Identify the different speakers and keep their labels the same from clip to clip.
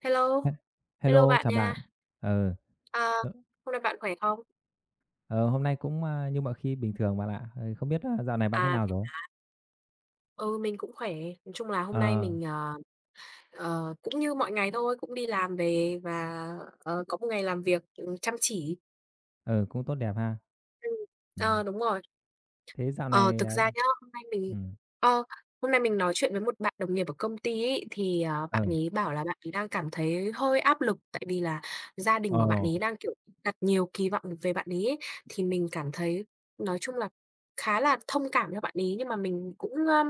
Speaker 1: Hello,
Speaker 2: He
Speaker 1: hello
Speaker 2: Hello,
Speaker 1: bạn
Speaker 2: chào
Speaker 1: nha.
Speaker 2: bạn. Ờ,
Speaker 1: À,
Speaker 2: ờ,
Speaker 1: hôm nay bạn khỏe không?
Speaker 2: ờ, hôm nay cũng, như mọi khi bình thường bạn ạ. Ờ, không biết, dạo này bạn thế
Speaker 1: À,
Speaker 2: nào
Speaker 1: thế
Speaker 2: rồi?
Speaker 1: ừ, mình cũng khỏe. Nói chung là hôm nay
Speaker 2: Ờ,
Speaker 1: mình, cũng như mọi ngày thôi, cũng đi làm về và, có một ngày làm việc, chăm chỉ.
Speaker 2: ừ, cũng tốt đẹp ha.
Speaker 1: Ừm,
Speaker 2: Ừm,
Speaker 1: đúng rồi.
Speaker 2: thế dạo
Speaker 1: Ờ,
Speaker 2: này,
Speaker 1: thực ra nhá,
Speaker 2: ừm,
Speaker 1: ờ, hôm nay mình nói chuyện với một bạn đồng nghiệp ở công ty ấy, thì,
Speaker 2: ờ,
Speaker 1: bạn ấy bảo là bạn ấy đang cảm thấy hơi áp lực, tại vì là gia đình của bạn
Speaker 2: ồ,
Speaker 1: ấy đang, kiểu, đặt nhiều kỳ vọng về bạn ấy ấy. Thì mình cảm thấy nói chung là khá là thông cảm cho bạn ấy, nhưng mà mình cũng, ưm,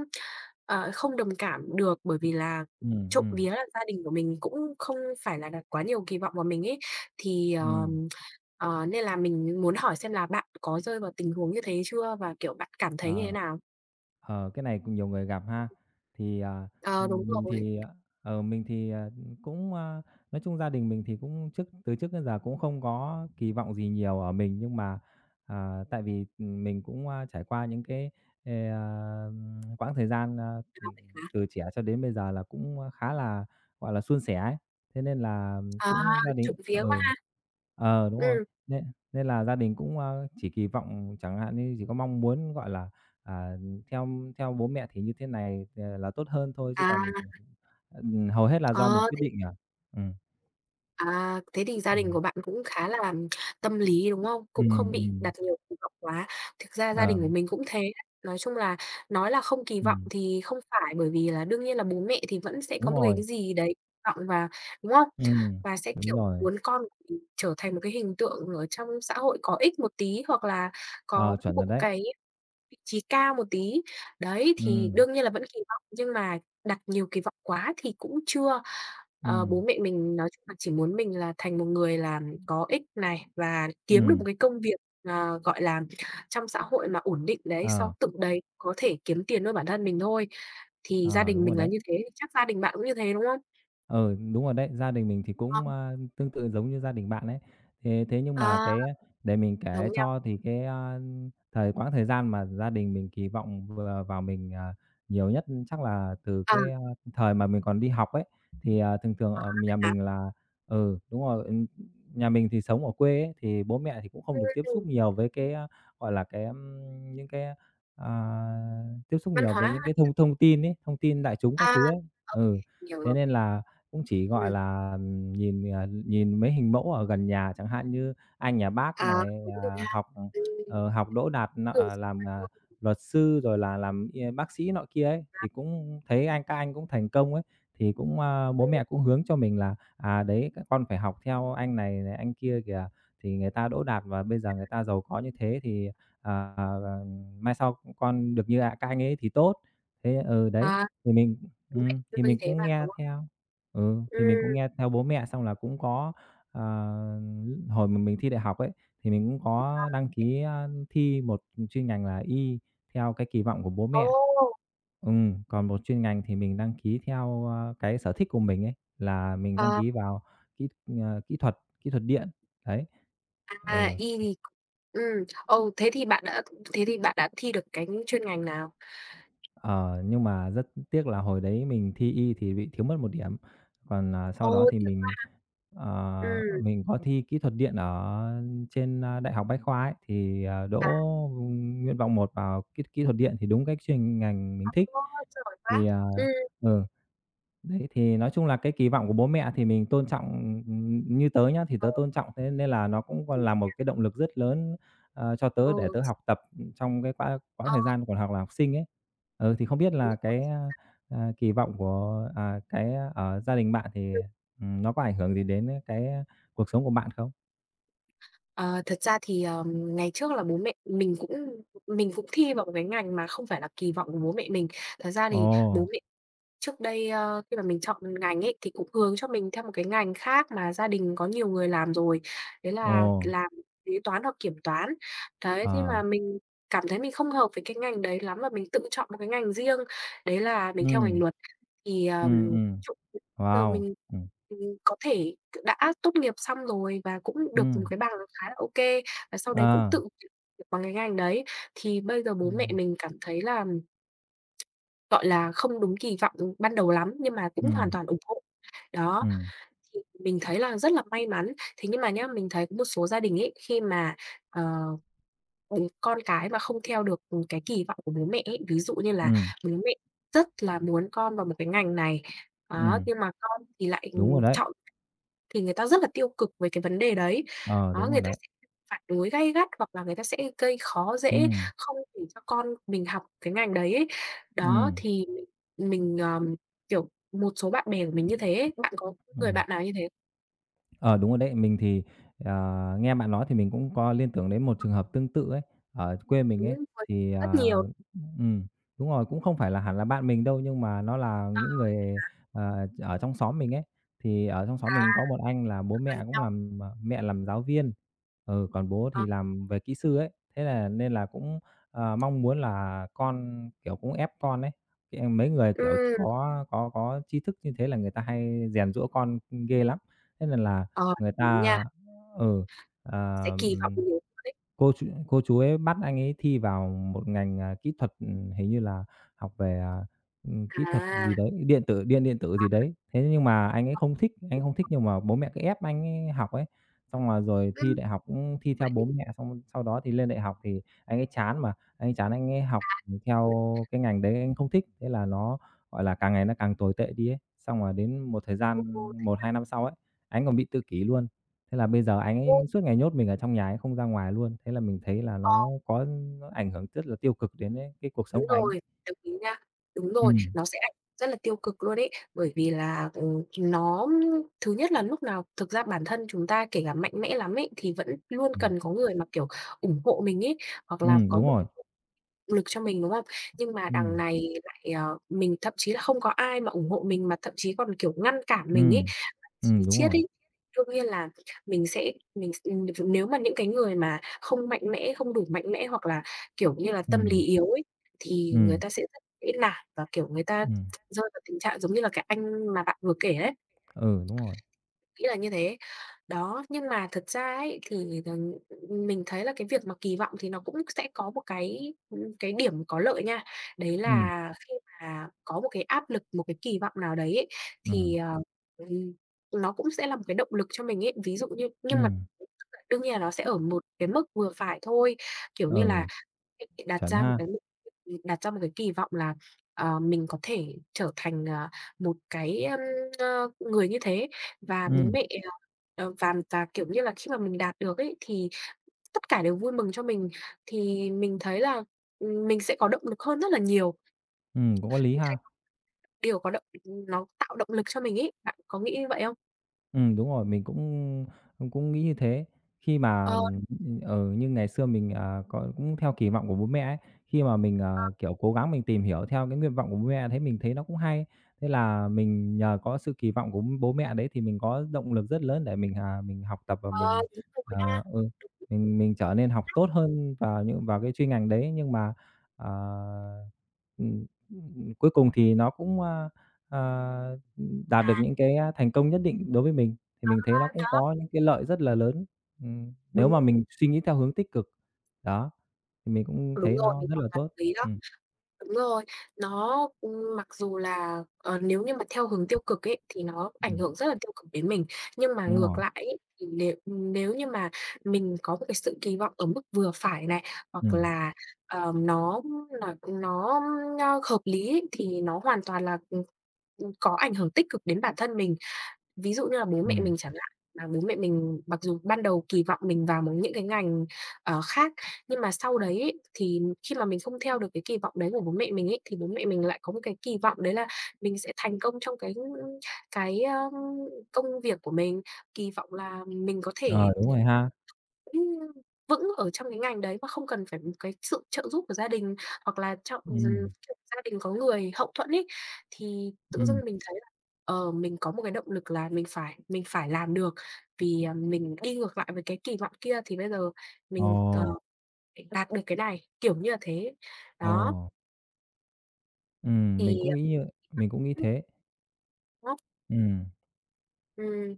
Speaker 1: ờ, không đồng cảm được, bởi vì là
Speaker 2: ừm,
Speaker 1: trộm
Speaker 2: ừm,
Speaker 1: vía là gia đình của mình cũng không phải là đặt quá nhiều kỳ vọng vào mình ấy. Thì, ờ
Speaker 2: ừm.
Speaker 1: Ờ, nên là mình muốn hỏi xem là bạn có rơi vào tình huống như thế chưa và, kiểu, bạn cảm thấy
Speaker 2: Ờ.
Speaker 1: như thế nào?
Speaker 2: Ờ, cái này cũng nhiều người gặp ha. Thì,
Speaker 1: Ờ, đúng
Speaker 2: mình
Speaker 1: rồi.
Speaker 2: thì, mình thì, cũng, nói chung gia đình mình thì cũng từ trước đến giờ cũng không có kỳ vọng gì nhiều ở mình, nhưng mà, tại vì, mình cũng, trải qua những cái, quãng thời gian, từ trẻ cho đến bây giờ là cũng, khá là, gọi là, suôn sẻ ấy, thế nên là
Speaker 1: À,
Speaker 2: cũng gia đình
Speaker 1: trộm vía quá
Speaker 2: ừ.
Speaker 1: ha.
Speaker 2: Ờ, đúng rồi,
Speaker 1: Ừm,
Speaker 2: nên nên là gia đình cũng, chỉ kỳ vọng chẳng hạn như chỉ có mong muốn, gọi là, À, theo theo bố mẹ thì như thế này, là tốt hơn thôi chứ
Speaker 1: à,
Speaker 2: còn, hầu hết là do mình
Speaker 1: ờ.
Speaker 2: quyết định à. Ừm,
Speaker 1: À, thế thì gia đình
Speaker 2: ừm,
Speaker 1: của bạn cũng khá là tâm lý, đúng không? Cũng
Speaker 2: ừm,
Speaker 1: không bị
Speaker 2: ừm,
Speaker 1: đặt nhiều kỳ vọng quá. Thực ra gia
Speaker 2: ờ,
Speaker 1: đình của mình cũng thế. Nói chung là nói là không kỳ vọng
Speaker 2: ừm,
Speaker 1: thì không phải, bởi vì là đương nhiên là bố mẹ thì vẫn sẽ có
Speaker 2: đúng
Speaker 1: một
Speaker 2: rồi,
Speaker 1: cái gì đấy kỳ vọng và đúng không?
Speaker 2: ừm,
Speaker 1: Và sẽ,
Speaker 2: đúng
Speaker 1: kiểu,
Speaker 2: rồi,
Speaker 1: muốn con của mình trở thành một cái hình tượng ở trong xã hội có ích một tí, hoặc là có
Speaker 2: ờ, chuẩn
Speaker 1: một
Speaker 2: rồi đấy.
Speaker 1: cái vị trí cao một tí. Đấy, thì
Speaker 2: Ừm,
Speaker 1: đương nhiên là vẫn kỳ vọng, nhưng mà đặt nhiều kỳ vọng quá thì cũng chưa. Ờ, bố
Speaker 2: ừm,
Speaker 1: mẹ mình nói chung là chỉ muốn mình là thành một người là có ích này, và kiếm được một
Speaker 2: ừm,
Speaker 1: cái công việc, gọi là, trong xã hội mà ổn định đấy, xong
Speaker 2: ờ,
Speaker 1: tự đấy có thể kiếm tiền nuôi bản thân mình thôi. Thì gia
Speaker 2: ờ,
Speaker 1: đình
Speaker 2: đúng rồi
Speaker 1: mình là
Speaker 2: đấy.
Speaker 1: như thế, chắc gia đình bạn cũng như thế, đúng không?
Speaker 2: Ừ, đúng rồi đấy, gia đình mình thì
Speaker 1: Ờ,
Speaker 2: cũng, tương tự giống như gia đình bạn ấy. Thế thế nhưng mà
Speaker 1: à,
Speaker 2: cái để mình
Speaker 1: giống
Speaker 2: kể
Speaker 1: nhau.
Speaker 2: cho thì cái, quãng thời gian mà gia đình mình kỳ vọng vừa vào mình, nhiều nhất chắc là từ
Speaker 1: À,
Speaker 2: cái, thời mà mình còn đi học ấy. Thì, thường thường ở
Speaker 1: thế
Speaker 2: nhà
Speaker 1: hả?
Speaker 2: mình là ừ, đúng rồi, nhà mình thì sống ở quê ấy, thì bố mẹ thì cũng không
Speaker 1: Ừm,
Speaker 2: được tiếp
Speaker 1: ừm,
Speaker 2: xúc nhiều với cái, gọi là, cái, ưm, những cái, à, tiếp xúc
Speaker 1: văn
Speaker 2: nhiều
Speaker 1: hóa
Speaker 2: với những
Speaker 1: ha?
Speaker 2: cái thông thông tin ấy, thông tin đại chúng
Speaker 1: À,
Speaker 2: các thứ ấy.
Speaker 1: ô kê,
Speaker 2: Ừ,
Speaker 1: hiểu
Speaker 2: thế
Speaker 1: rồi.
Speaker 2: nên là cũng chỉ, gọi
Speaker 1: Ừm,
Speaker 2: là, nhìn, nhìn mấy hình mẫu ở gần nhà, chẳng hạn như anh nhà bác
Speaker 1: à,
Speaker 2: này,
Speaker 1: đúng rồi ha.
Speaker 2: học,
Speaker 1: Ừm,
Speaker 2: học đỗ đạt làm, luật sư rồi là làm y bác sĩ nọ kia ấy, thì cũng thấy các anh cũng thành công ấy, thì cũng, bố mẹ cũng hướng cho mình là "À, đấy, các con phải học theo anh này này, anh kia kìa, thì người ta đỗ đạt và bây giờ người ta giàu có như thế thì, à, ờ, mai sau con được như, ạ các anh ấy thì tốt." Ừ, đấy,
Speaker 1: À,
Speaker 2: thì mình
Speaker 1: đúng vậy,
Speaker 2: thì
Speaker 1: luôn như
Speaker 2: mình
Speaker 1: thế
Speaker 2: cũng
Speaker 1: mà,
Speaker 2: nghe
Speaker 1: đúng không?
Speaker 2: theo. Ừ, thì mình cũng
Speaker 1: Ừm.
Speaker 2: nghe theo bố mẹ xong là cũng có, ờ, hồi mà mình thi đại học ấy, thì mình cũng có đăng ký, thi một chuyên ngành là Y theo cái kỳ vọng của bố
Speaker 1: Ồ!
Speaker 2: mẹ. Ừ, còn một chuyên ngành thì mình đăng ký theo, cái sở thích của mình ấy, là mình đăng
Speaker 1: Ờ,
Speaker 2: ký vào kỹ, kỹ thuật điện, đấy. Ừ.
Speaker 1: y thì ừm, ồ, thế thì bạn đã thi được cái chuyên ngành nào?
Speaker 2: Ờ, nhưng mà rất tiếc là hồi đấy mình thi Y thì bị thiếu mất một điểm, còn, sau đó
Speaker 1: Ồ,
Speaker 2: thì
Speaker 1: thế à? Ừm.
Speaker 2: mình có thi kỹ thuật điện ở trên, Đại học Bách Khoa ấy, thì, đỗ,
Speaker 1: À,
Speaker 2: nguyện vọng một vào kỹ kỹ thuật điện thì đúng cái chuyên ngành mình thích.
Speaker 1: ô, giỏi quá!
Speaker 2: Thì,
Speaker 1: Ừm.
Speaker 2: ừ. Đấy, thì nói chung là cái kỳ vọng của bố mẹ thì mình tôn trọng, như tớ nhá, thì
Speaker 1: Ờ,
Speaker 2: tớ tôn trọng, thế nên là nó cũng còn là một cái động lực rất lớn, cho tớ
Speaker 1: ừ,
Speaker 2: để tớ học tập, trong cái quãng quãng
Speaker 1: ờ,
Speaker 2: thời gian còn học là học sinh ấy. Ừ, thì không biết
Speaker 1: đúng
Speaker 2: là
Speaker 1: rồi.
Speaker 2: cái, kỳ vọng của, cái, ở gia đình bạn thì,
Speaker 1: Ừm.
Speaker 2: nó có ảnh hưởng gì đến cái, cuộc sống của bạn không?
Speaker 1: Ờ, thật ra thì, ngày trước là bố mẹ mình cũng thi vào một cái ngành mà không phải là kỳ vọng của bố mẹ mình. Thật ra thì bố
Speaker 2: Ồ,
Speaker 1: mẹ Trước đây, khi mà mình chọn ngành ấy, thì cũng hướng cho mình theo một cái ngành khác mà gia đình có nhiều người làm rồi, đấy
Speaker 2: ồ,
Speaker 1: là làm kế toán hoặc kiểm toán. Đấy, thế
Speaker 2: ờ,
Speaker 1: mà mình cảm thấy mình không hợp với cái ngành đấy lắm và mình tự chọn một cái ngành riêng, đấy là mình theo ngành
Speaker 2: ừm,
Speaker 1: luật. Thì,
Speaker 2: ừm, ừm,
Speaker 1: trộm giờ
Speaker 2: wow,
Speaker 1: mình,
Speaker 2: ừm,
Speaker 1: ừm, có thể đã tốt nghiệp xong rồi và cũng được một
Speaker 2: ừm,
Speaker 1: cái bằng khá là ok và sau đấy cũng
Speaker 2: ờ,
Speaker 1: tự việc bằng cái ngành đấy. Thì bây giờ bố mẹ
Speaker 2: ừm,
Speaker 1: mình cảm thấy là gọi là, không đúng kỳ vọng, ban đầu lắm, nhưng mà cũng hoàn
Speaker 2: ừm,
Speaker 1: toàn ủng hộ. Đó,
Speaker 2: ừm,
Speaker 1: thì mình thấy là rất là may mắn. Thế nhưng mà nhá, mình thấy có một số gia đình ấy, khi mà, ờ, con cái mà không theo được, cái kỳ vọng của bố mẹ ấy, ví dụ như là
Speaker 2: ừm,
Speaker 1: bố mẹ rất là muốn con vào một cái ngành này, đó,
Speaker 2: ừm,
Speaker 1: nhưng mà con thì lại,
Speaker 2: đúng rồi đấy.
Speaker 1: chọn thì người ta rất là tiêu cực về cái vấn đề đấy.
Speaker 2: Ờ,
Speaker 1: Đó,
Speaker 2: đúng
Speaker 1: người
Speaker 2: rồi
Speaker 1: ta
Speaker 2: đấy.
Speaker 1: sẽ phản đối gay gắt hoặc là người ta sẽ gây khó
Speaker 2: ừ
Speaker 1: dễ, không để cho con mình học cái ngành đấy ấy.
Speaker 2: ừ
Speaker 1: Đó, thì mình, kiểu, một số bạn bè của mình như thế ấy, bạn có
Speaker 2: ừ
Speaker 1: người bạn nào như thế?
Speaker 2: Ờ, đúng rồi đấy. Mình thì, ờ, nghe bạn nói thì mình cũng có liên tưởng đến một trường hợp tương tự ấy, ở quê mình
Speaker 1: Đúng
Speaker 2: ấy,
Speaker 1: rồi,
Speaker 2: thì,
Speaker 1: rất nhiều.
Speaker 2: ừm, đúng rồi, cũng không phải là hẳn là bạn mình đâu, nhưng mà nó là
Speaker 1: Ờ,
Speaker 2: những người, ở trong xóm mình ấy. Thì ở trong xóm
Speaker 1: à,
Speaker 2: mình có một anh là bố mẹ cũng
Speaker 1: nhau
Speaker 2: làm mẹ làm giáo viên, ừ, còn bố
Speaker 1: ờ,
Speaker 2: thì làm về kỹ sư ấy, thế là nên là cũng, mong muốn là con, kiểu, cũng ép con ấy. Cái mấy người, kiểu,
Speaker 1: ừm,
Speaker 2: có tri thức như thế là người ta hay rèn giũa con, ghê lắm. Thế nên là
Speaker 1: ờ,
Speaker 2: Người
Speaker 1: đúng nha,
Speaker 2: ta ừ,
Speaker 1: sẽ
Speaker 2: ờ,
Speaker 1: kỳ vọng
Speaker 2: ừm,
Speaker 1: nhiều hơn ấy.
Speaker 2: cô chú ấy bắt anh ấy thi vào một ngành, kỹ thuật, hình như là học về, kỹ thuật
Speaker 1: À,
Speaker 2: gì đấy, điện tử điện điện tử gì đấy. Thế nhưng mà anh ấy không thích, anh không thích nhưng mà bố mẹ cứ ép anh ấy học ấy, xong là rồi
Speaker 1: ừm,
Speaker 2: thi đại học cũng thi
Speaker 1: vậy
Speaker 2: theo
Speaker 1: thì
Speaker 2: bố mẹ, xong sau đó thì lên đại học thì anh ấy chán mà, anh ấy chán anh ấy học, theo cái ngành đấy anh không thích, thế là nó, gọi là, càng ngày nó càng tồi tệ đi ấy. Xong rồi đến một thời gian một 2 năm sau ấy, anh còn bị tự kỷ luôn. Thế là bây giờ anh ấy suốt ngày nhốt mình ở trong nhà ấy không ra ngoài luôn, thế là mình thấy là
Speaker 1: ờ.
Speaker 2: có nó ảnh hưởng rất là tiêu cực đến cái cuộc
Speaker 1: Đúng
Speaker 2: sống của anh ấy.
Speaker 1: rồi, đồng ý nha. Đúng rồi,
Speaker 2: Ừm,
Speaker 1: nó sẽ ảnh hưởng rất là tiêu cực luôn ấy, bởi vì là, nó thứ nhất là lúc nào thực ra bản thân chúng ta kể cả mạnh mẽ lắm ấy, thì vẫn luôn
Speaker 2: ừm,
Speaker 1: cần có người mà, kiểu, ủng hộ mình ấy, hoặc là có
Speaker 2: đúng
Speaker 1: một
Speaker 2: rồi.
Speaker 1: cái động lực cho mình, đúng không? Nhưng mà đằng
Speaker 2: Ừm,
Speaker 1: này lại, mình thậm chí là không có ai mà ủng hộ mình, mà thậm chí còn, kiểu, ngăn cản mình ấy,
Speaker 2: ừm,
Speaker 1: chi
Speaker 2: đúng
Speaker 1: chiết
Speaker 2: rồi.
Speaker 1: ấy. Đương nhiên là mình sẽ mình s nếu mà những cái người mà không mạnh mẽ, không đủ mạnh mẽ hoặc là, kiểu như là, tâm lý
Speaker 2: Ừm,
Speaker 1: yếu ấy, thì người
Speaker 2: ừm,
Speaker 1: ta sẽ rất dễ nản và, kiểu, người ta
Speaker 2: ừm,
Speaker 1: rơi vào tình trạng giống như là cái anh mà bạn vừa kể đấy.
Speaker 2: ừ, đúng rồi.
Speaker 1: Nghĩ là như thế. Đó, nhưng mà thật ra ấy thì, ừm, mình thấy là cái việc mà kỳ vọng thì nó cũng sẽ có một cái điểm có lợi nha. Đấy
Speaker 2: Ừm,
Speaker 1: là khi mà có một cái áp lực, một cái kỳ vọng nào đấy ấy, thì,
Speaker 2: ừm,
Speaker 1: ừm, nó cũng sẽ là một cái động lực cho mình ấy. Ví dụ như nhưng mà
Speaker 2: ừm,
Speaker 1: đương nhiên là nó sẽ ở một cái mức vừa phải thôi, kiểu như là
Speaker 2: ừ,
Speaker 1: việc bị đặt
Speaker 2: chuẩn
Speaker 1: ra một
Speaker 2: ha.
Speaker 1: cái mục đặt ra một cái kỳ vọng là, mình có thể trở thành, một cái, người như thế và bố
Speaker 2: Ừm,
Speaker 1: mẹ, và kiểu như là, khi mà mình đạt được ấy thì tất cả đều vui mừng cho mình, thì mình thấy là, mình sẽ có động lực hơn rất là nhiều.
Speaker 2: cũng có lý
Speaker 1: Mình thấy
Speaker 2: ha.
Speaker 1: điều có động nó tạo động lực cho mình ấy, bạn có nghĩ như vậy không?
Speaker 2: Ừ đúng rồi, mình cũng cũng cũng nghĩ như thế. Khi mà,
Speaker 1: Ờ,
Speaker 2: ừ, như ngày xưa mình, có cũng theo kỳ vọng của bố mẹ ấy, khi mà mình, kiểu, cố gắng mình tìm hiểu theo cái nguyện vọng của bố mẹ thấy mình thấy nó cũng hay. Thế là mình nhờ có sự kỳ vọng của bố mẹ đấy thì mình có động lực rất lớn để mình, mình học tập và
Speaker 1: ờ,
Speaker 2: mình,
Speaker 1: đúng rồi ha.
Speaker 2: ừ, mình trở nên học tốt hơn vào cái chuyên ngành đấy. Nhưng mà, ờ, cuối cùng thì nó cũng, a, à đạt được
Speaker 1: À,
Speaker 2: những cái, thành công nhất định đối với mình, thì mình thấy nó cũng
Speaker 1: đó,
Speaker 2: có những cái lợi rất là lớn. Nếu
Speaker 1: đúng
Speaker 2: mà mình suy nghĩ theo hướng tích cực, đó, thì mình cũng
Speaker 1: Đúng
Speaker 2: thấy
Speaker 1: rồi,
Speaker 2: nó
Speaker 1: mình
Speaker 2: rất
Speaker 1: học
Speaker 2: là
Speaker 1: nhạc
Speaker 2: tốt.
Speaker 1: lý đó.
Speaker 2: Ừm,
Speaker 1: Đúng rồi, nó, mặc dù là, nếu như mà theo hướng tiêu cực ấy, thì nó ảnh
Speaker 2: ừm,
Speaker 1: hưởng rất là tiêu cực đến mình, nhưng mà
Speaker 2: đúng
Speaker 1: ngược
Speaker 2: rồi,
Speaker 1: lại ấy, thì nếu nếu như mà mình có một cái sự kỳ vọng ở mức vừa phải này, hoặc
Speaker 2: ừm,
Speaker 1: là, ờ, nó nó, hợp lý ấy, thì nó hoàn toàn là, có ảnh hưởng tích cực đến bản thân mình. Ví dụ như là bố mẹ
Speaker 2: ừm,
Speaker 1: mình chẳng hạn, mà bố mẹ mình mặc dù ban đầu kỳ vọng mình vào một những cái ngành, khác, nhưng mà sau đấy ấy, thì khi mà mình không theo được cái kỳ vọng đấy của bố mẹ mình ấy, thì bố mẹ mình lại có một cái kỳ vọng đấy là mình sẽ thành công trong cái, công việc của mình, kỳ vọng là mình có
Speaker 2: ờ,
Speaker 1: thể
Speaker 2: đúng rồi ha.
Speaker 1: Ừm, vững ở trong cái ngành đấy mà không cần phải một cái sự trợ giúp của gia đình hoặc là trong gi
Speaker 2: Ừm,
Speaker 1: kiểu gia đình có người hậu thuẫn ấy, thì tự dưng
Speaker 2: ừm,
Speaker 1: mình thấy là, mình có một cái động lực là mình phải làm được, vì, mình đi ngược lại với cái kỳ vọng kia thì bây giờ
Speaker 2: ồ,
Speaker 1: mình, phải đạt được cái này, kiểu như là thế.
Speaker 2: ồ,
Speaker 1: Đó,
Speaker 2: ừm, mình
Speaker 1: thì
Speaker 2: cũng nghĩ như mình cũng nghĩ
Speaker 1: ừm,
Speaker 2: thế.
Speaker 1: ờ,
Speaker 2: Ừm.
Speaker 1: ừm,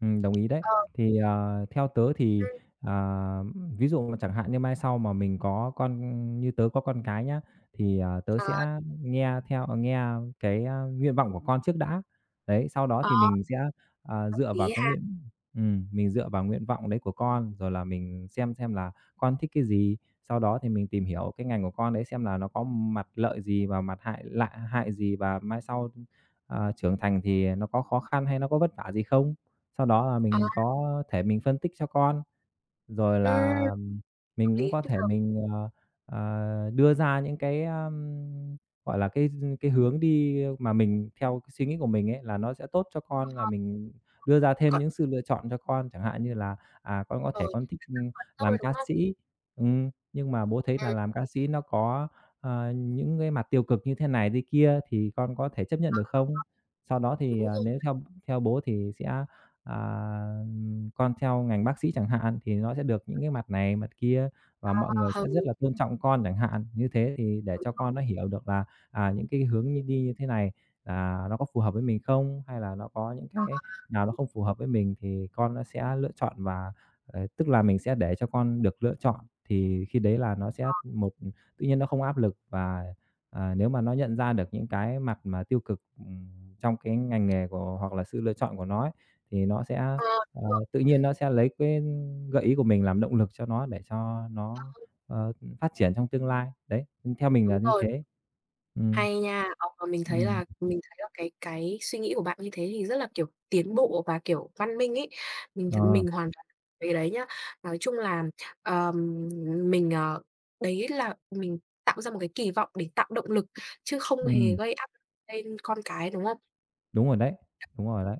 Speaker 2: Đồng ý đấy. Thì, theo tớ thì, à, ví dụ mà chẳng hạn như mai sau mà mình có con như tớ có con cái nhá, thì, tớ
Speaker 1: ờ,
Speaker 2: sẽ nghe theo nghe cái, nguyện vọng của con trước đã. Đấy, sau đó
Speaker 1: ờ,
Speaker 2: thì mình sẽ,
Speaker 1: hợp
Speaker 2: dựa vào
Speaker 1: lý
Speaker 2: cái
Speaker 1: ha.
Speaker 2: nguyện mình dựa vào nguyện vọng đấy của con, rồi là mình xem là con thích cái gì, sau đó thì mình tìm hiểu cái ngành của con đấy xem là nó có mặt lợi gì và mặt hại lại hại gì và mai sau, trưởng thành thì nó có khó khăn hay nó có vất vả gì không? Sau đó là
Speaker 1: Ờ,
Speaker 2: mình có thể mình phân tích cho con, rồi
Speaker 1: ừm,
Speaker 2: là
Speaker 1: hợp
Speaker 2: mình cũng
Speaker 1: lý,
Speaker 2: có thể mình, đưa ra những cái, gọi là, cái hướng đi mà mình theo cái suy nghĩ của mình ấy là nó sẽ tốt cho con, là mình đưa ra thêm
Speaker 1: còn
Speaker 2: những sự lựa chọn cho con, chẳng hạn như là, con có
Speaker 1: ờ,
Speaker 2: thể con thích,
Speaker 1: rồi,
Speaker 2: làm
Speaker 1: đúng
Speaker 2: ca
Speaker 1: không?
Speaker 2: sĩ, nhưng mà bố thấy là
Speaker 1: Ừm,
Speaker 2: làm ca sĩ nó có, những cái mặt tiêu cực như thế này, thế kia thì con có thể chấp nhận được không? Sau đó thì,
Speaker 1: đúng rồi,
Speaker 2: nếu theo theo bố thì sẽ, à con theo ngành bác sĩ chẳng hạn, thì nó sẽ được những cái mặt này, mặt kia và
Speaker 1: ờ,
Speaker 2: mọi người sẽ
Speaker 1: hợp lý.
Speaker 2: rất là tôn trọng con chẳng hạn. Như thế thì để cho con nó hiểu được là, những cái hướng như đi như thế này là nó có phù hợp với mình không? Hay là nó có những cái nào nó không phù hợp với mình thì con nó sẽ lựa chọn và, tức là mình sẽ để cho con được lựa chọn, thì khi đấy là nó sẽ một tự nhiên nó không áp lực và, nếu mà nó nhận ra được những cái mặt mà tiêu cực, trong cái ngành nghề của hoặc là sự lựa chọn của nó ấy, thì nó sẽ,
Speaker 1: Ờ,
Speaker 2: ờ
Speaker 1: đúng rồi,
Speaker 2: Tự nhiên nó sẽ lấy cái gợi ý của mình làm động lực cho nó để cho nó, ờ, phát triển trong tương lai. Đấy, theo mình
Speaker 1: đúng
Speaker 2: là như
Speaker 1: rồi,
Speaker 2: thế. Ừm,
Speaker 1: hay nha. Ờ, mà
Speaker 2: ừm,
Speaker 1: mình thấy là cái suy nghĩ của bạn như thế thì rất là, kiểu, tiến bộ và, kiểu, văn minh ấy.
Speaker 2: ờ,
Speaker 1: Mình hoàn toàn cái đấy nhá. Nói chung là, ờm, mình, ờ đấy là mình tạo ra một cái kỳ vọng để tạo động lực, chứ không hề
Speaker 2: ừm,
Speaker 1: gây áp lực lên con cái, đúng không?
Speaker 2: đúng rồi đấy, đúng rồi đấy.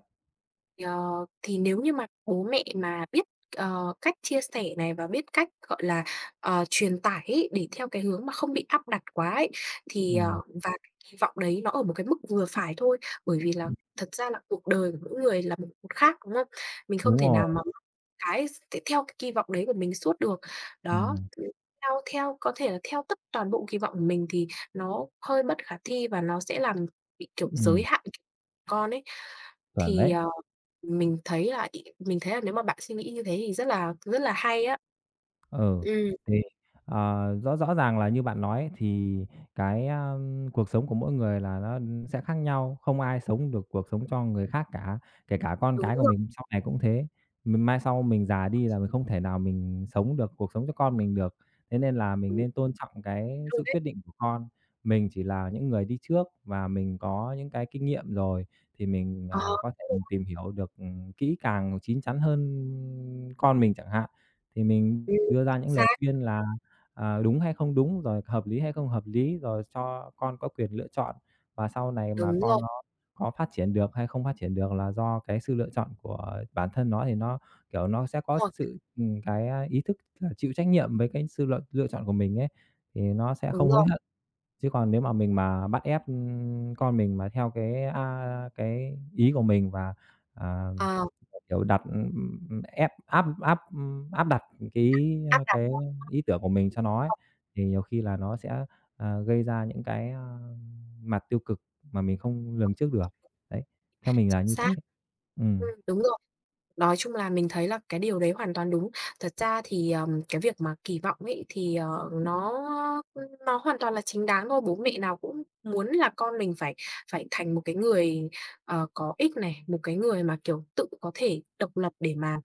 Speaker 1: Ờ, thì nếu như mà bố mẹ mà biết, cách chia sẻ này và biết cách, gọi là, truyền tải ấy, để theo cái hướng mà không bị áp đặt quá ấy, thì, ờ
Speaker 2: Ừm,
Speaker 1: và cái kỳ vọng đấy nó ở một cái mức vừa phải thôi, bởi vì là
Speaker 2: ừm,
Speaker 1: thật ra là cuộc đời của mỗi người là một một khác, đúng không? Mình không
Speaker 2: đúng
Speaker 1: thể nào
Speaker 2: rồi,
Speaker 1: mà cái s theo cái kỳ vọng đấy của mình suốt được. Đó,
Speaker 2: ừm,
Speaker 1: theo theo có thể là theo tất toàn bộ kỳ vọng của mình thì nó hơi bất khả thi và nó sẽ làm bị, kiểu, giới
Speaker 2: ừm,
Speaker 1: hạn con ấy.
Speaker 2: chuẩn
Speaker 1: Thì,
Speaker 2: đấy.
Speaker 1: ờ mình thấy là nếu mà bạn suy nghĩ như thế thì rất là hay á.
Speaker 2: Ừ,
Speaker 1: Ừm,
Speaker 2: thì, rõ rõ ràng là như bạn nói thì cái, cuộc sống của mỗi người là nó sẽ khác nhau, không ai sống được cuộc sống cho người khác cả, kể cả con
Speaker 1: đúng
Speaker 2: cái của
Speaker 1: rồi,
Speaker 2: mình sau này cũng thế. Mình mai sau mình già đi là mình không thể nào mình sống được cuộc sống cho con mình được, thế nên là mình
Speaker 1: đúng
Speaker 2: nên tôn trọng cái
Speaker 1: luôn
Speaker 2: sự
Speaker 1: đấy.
Speaker 2: quyết định của con. Mình chỉ là những người đi trước và mình có những cái kinh nghiệm rồi thì mình,
Speaker 1: Ờ,
Speaker 2: có thể
Speaker 1: đúng rồi,
Speaker 2: tìm hiểu được, kỹ càng, chín chắn hơn con mình chẳng hạn. Thì mình
Speaker 1: ừm,
Speaker 2: đưa ra
Speaker 1: chính
Speaker 2: những lời
Speaker 1: xác,
Speaker 2: khuyên là, đúng hay không đúng, rồi hợp lý hay không hợp lý, rồi cho con có quyền lựa chọn. Và sau này mà
Speaker 1: đúng
Speaker 2: con
Speaker 1: rồi,
Speaker 2: nó có phát triển được hay không phát triển được là do cái sự lựa chọn của bản thân nó thì nó, kiểu, nó sẽ
Speaker 1: đúng
Speaker 2: có
Speaker 1: rồi,
Speaker 2: sự, cái, ý thức là chịu trách nhiệm với cái sự lựa lựa chọn của mình ấy, thì nó sẽ
Speaker 1: đúng
Speaker 2: không hối
Speaker 1: rồi,
Speaker 2: hận. Chứ còn nếu mà mình mà bắt ép, con mình mà theo cái, cái ý của mình và, à
Speaker 1: ờ,
Speaker 2: Kiểu, đặt, ép áp áp, áp đặt cái,
Speaker 1: áp đặt
Speaker 2: cái ý tưởng của mình cho nó ấy, thì nhiều khi là nó sẽ, gây ra những cái, mặt tiêu cực mà mình không lường trước được. Đấy, theo
Speaker 1: chính
Speaker 2: mình là như
Speaker 1: xác,
Speaker 2: thế. Ừm,
Speaker 1: đúng rồi. Nói chung là mình thấy là cái điều đấy hoàn toàn đúng. Thật ra thì, cái việc mà kỳ vọng ấy thì, nó hoàn toàn là chính đáng thôi. Bố mẹ nào cũng muốn là con mình phải phải thành một cái người, có ích này, một cái người mà, kiểu, tự có thể độc lập để mà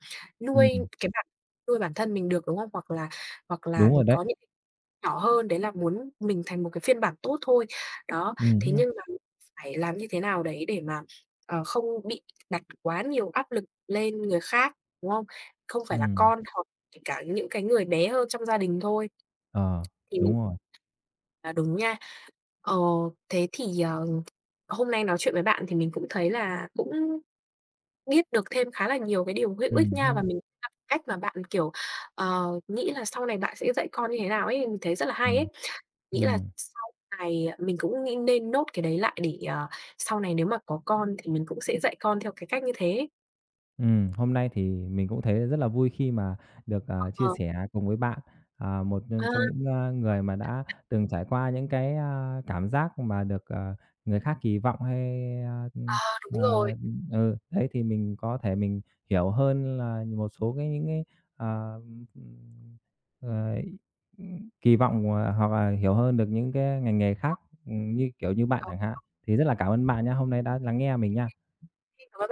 Speaker 1: nuôi
Speaker 2: ừm,
Speaker 1: cái bản nuôi bản thân mình được, đúng không? Hoặc là
Speaker 2: đúng rồi đấy.
Speaker 1: có những nhỏ hơn, đấy là muốn mình thành một cái phiên bản tốt thôi. Đó,
Speaker 2: Ừm
Speaker 1: thế
Speaker 2: hưm,
Speaker 1: nhưng mà phải làm như thế nào đấy để mà, không bị đặt quá nhiều áp lực lên người khác, đúng không? Không phải là
Speaker 2: ừm,
Speaker 1: con hoặc kể cả những cái người bé hơn trong gia đình thôi.
Speaker 2: ờ,
Speaker 1: Thì mình
Speaker 2: đúng rồi.
Speaker 1: là đúng nha. Ờ, thế thì, hôm nay nói chuyện với bạn thì mình cũng thấy là cũng biết được thêm khá là nhiều cái điều hữu ích
Speaker 2: Ừm
Speaker 1: nha, và
Speaker 2: hưm,
Speaker 1: mình gặp cách mà bạn, kiểu, nghĩ là sau này bạn sẽ dạy con như thế nào ấy, mình thấy rất là hay
Speaker 2: ừm,
Speaker 1: ấy. Nghĩ là
Speaker 2: ừm.
Speaker 1: sau này mình cũng nghĩ nên nốt cái đấy lại để, sau này nếu mà có con thì mình cũng sẽ dạy con theo cái cách như thế.
Speaker 2: Hôm nay thì mình cũng thấy rất là vui khi mà được, chia
Speaker 1: Ờ,
Speaker 2: sẻ cùng với bạn, một
Speaker 1: à,
Speaker 2: nhân trong những, người mà đã từng trải qua những cái, cảm giác mà được, người khác kỳ vọng hay, ờ,
Speaker 1: Đúng rồi.
Speaker 2: ừ, đấy, thì mình có thể mình hiểu hơn là một số cái những cái, ờ, ừm, ờ, kỳ vọng, hoặc là hiểu hơn được những cái ngành nghề khác, như kiểu như bạn chẳng hạn. Thì rất là cảm ơn bạn nhé hôm nay đã lắng nghe mình nha.
Speaker 1: Khi mà ba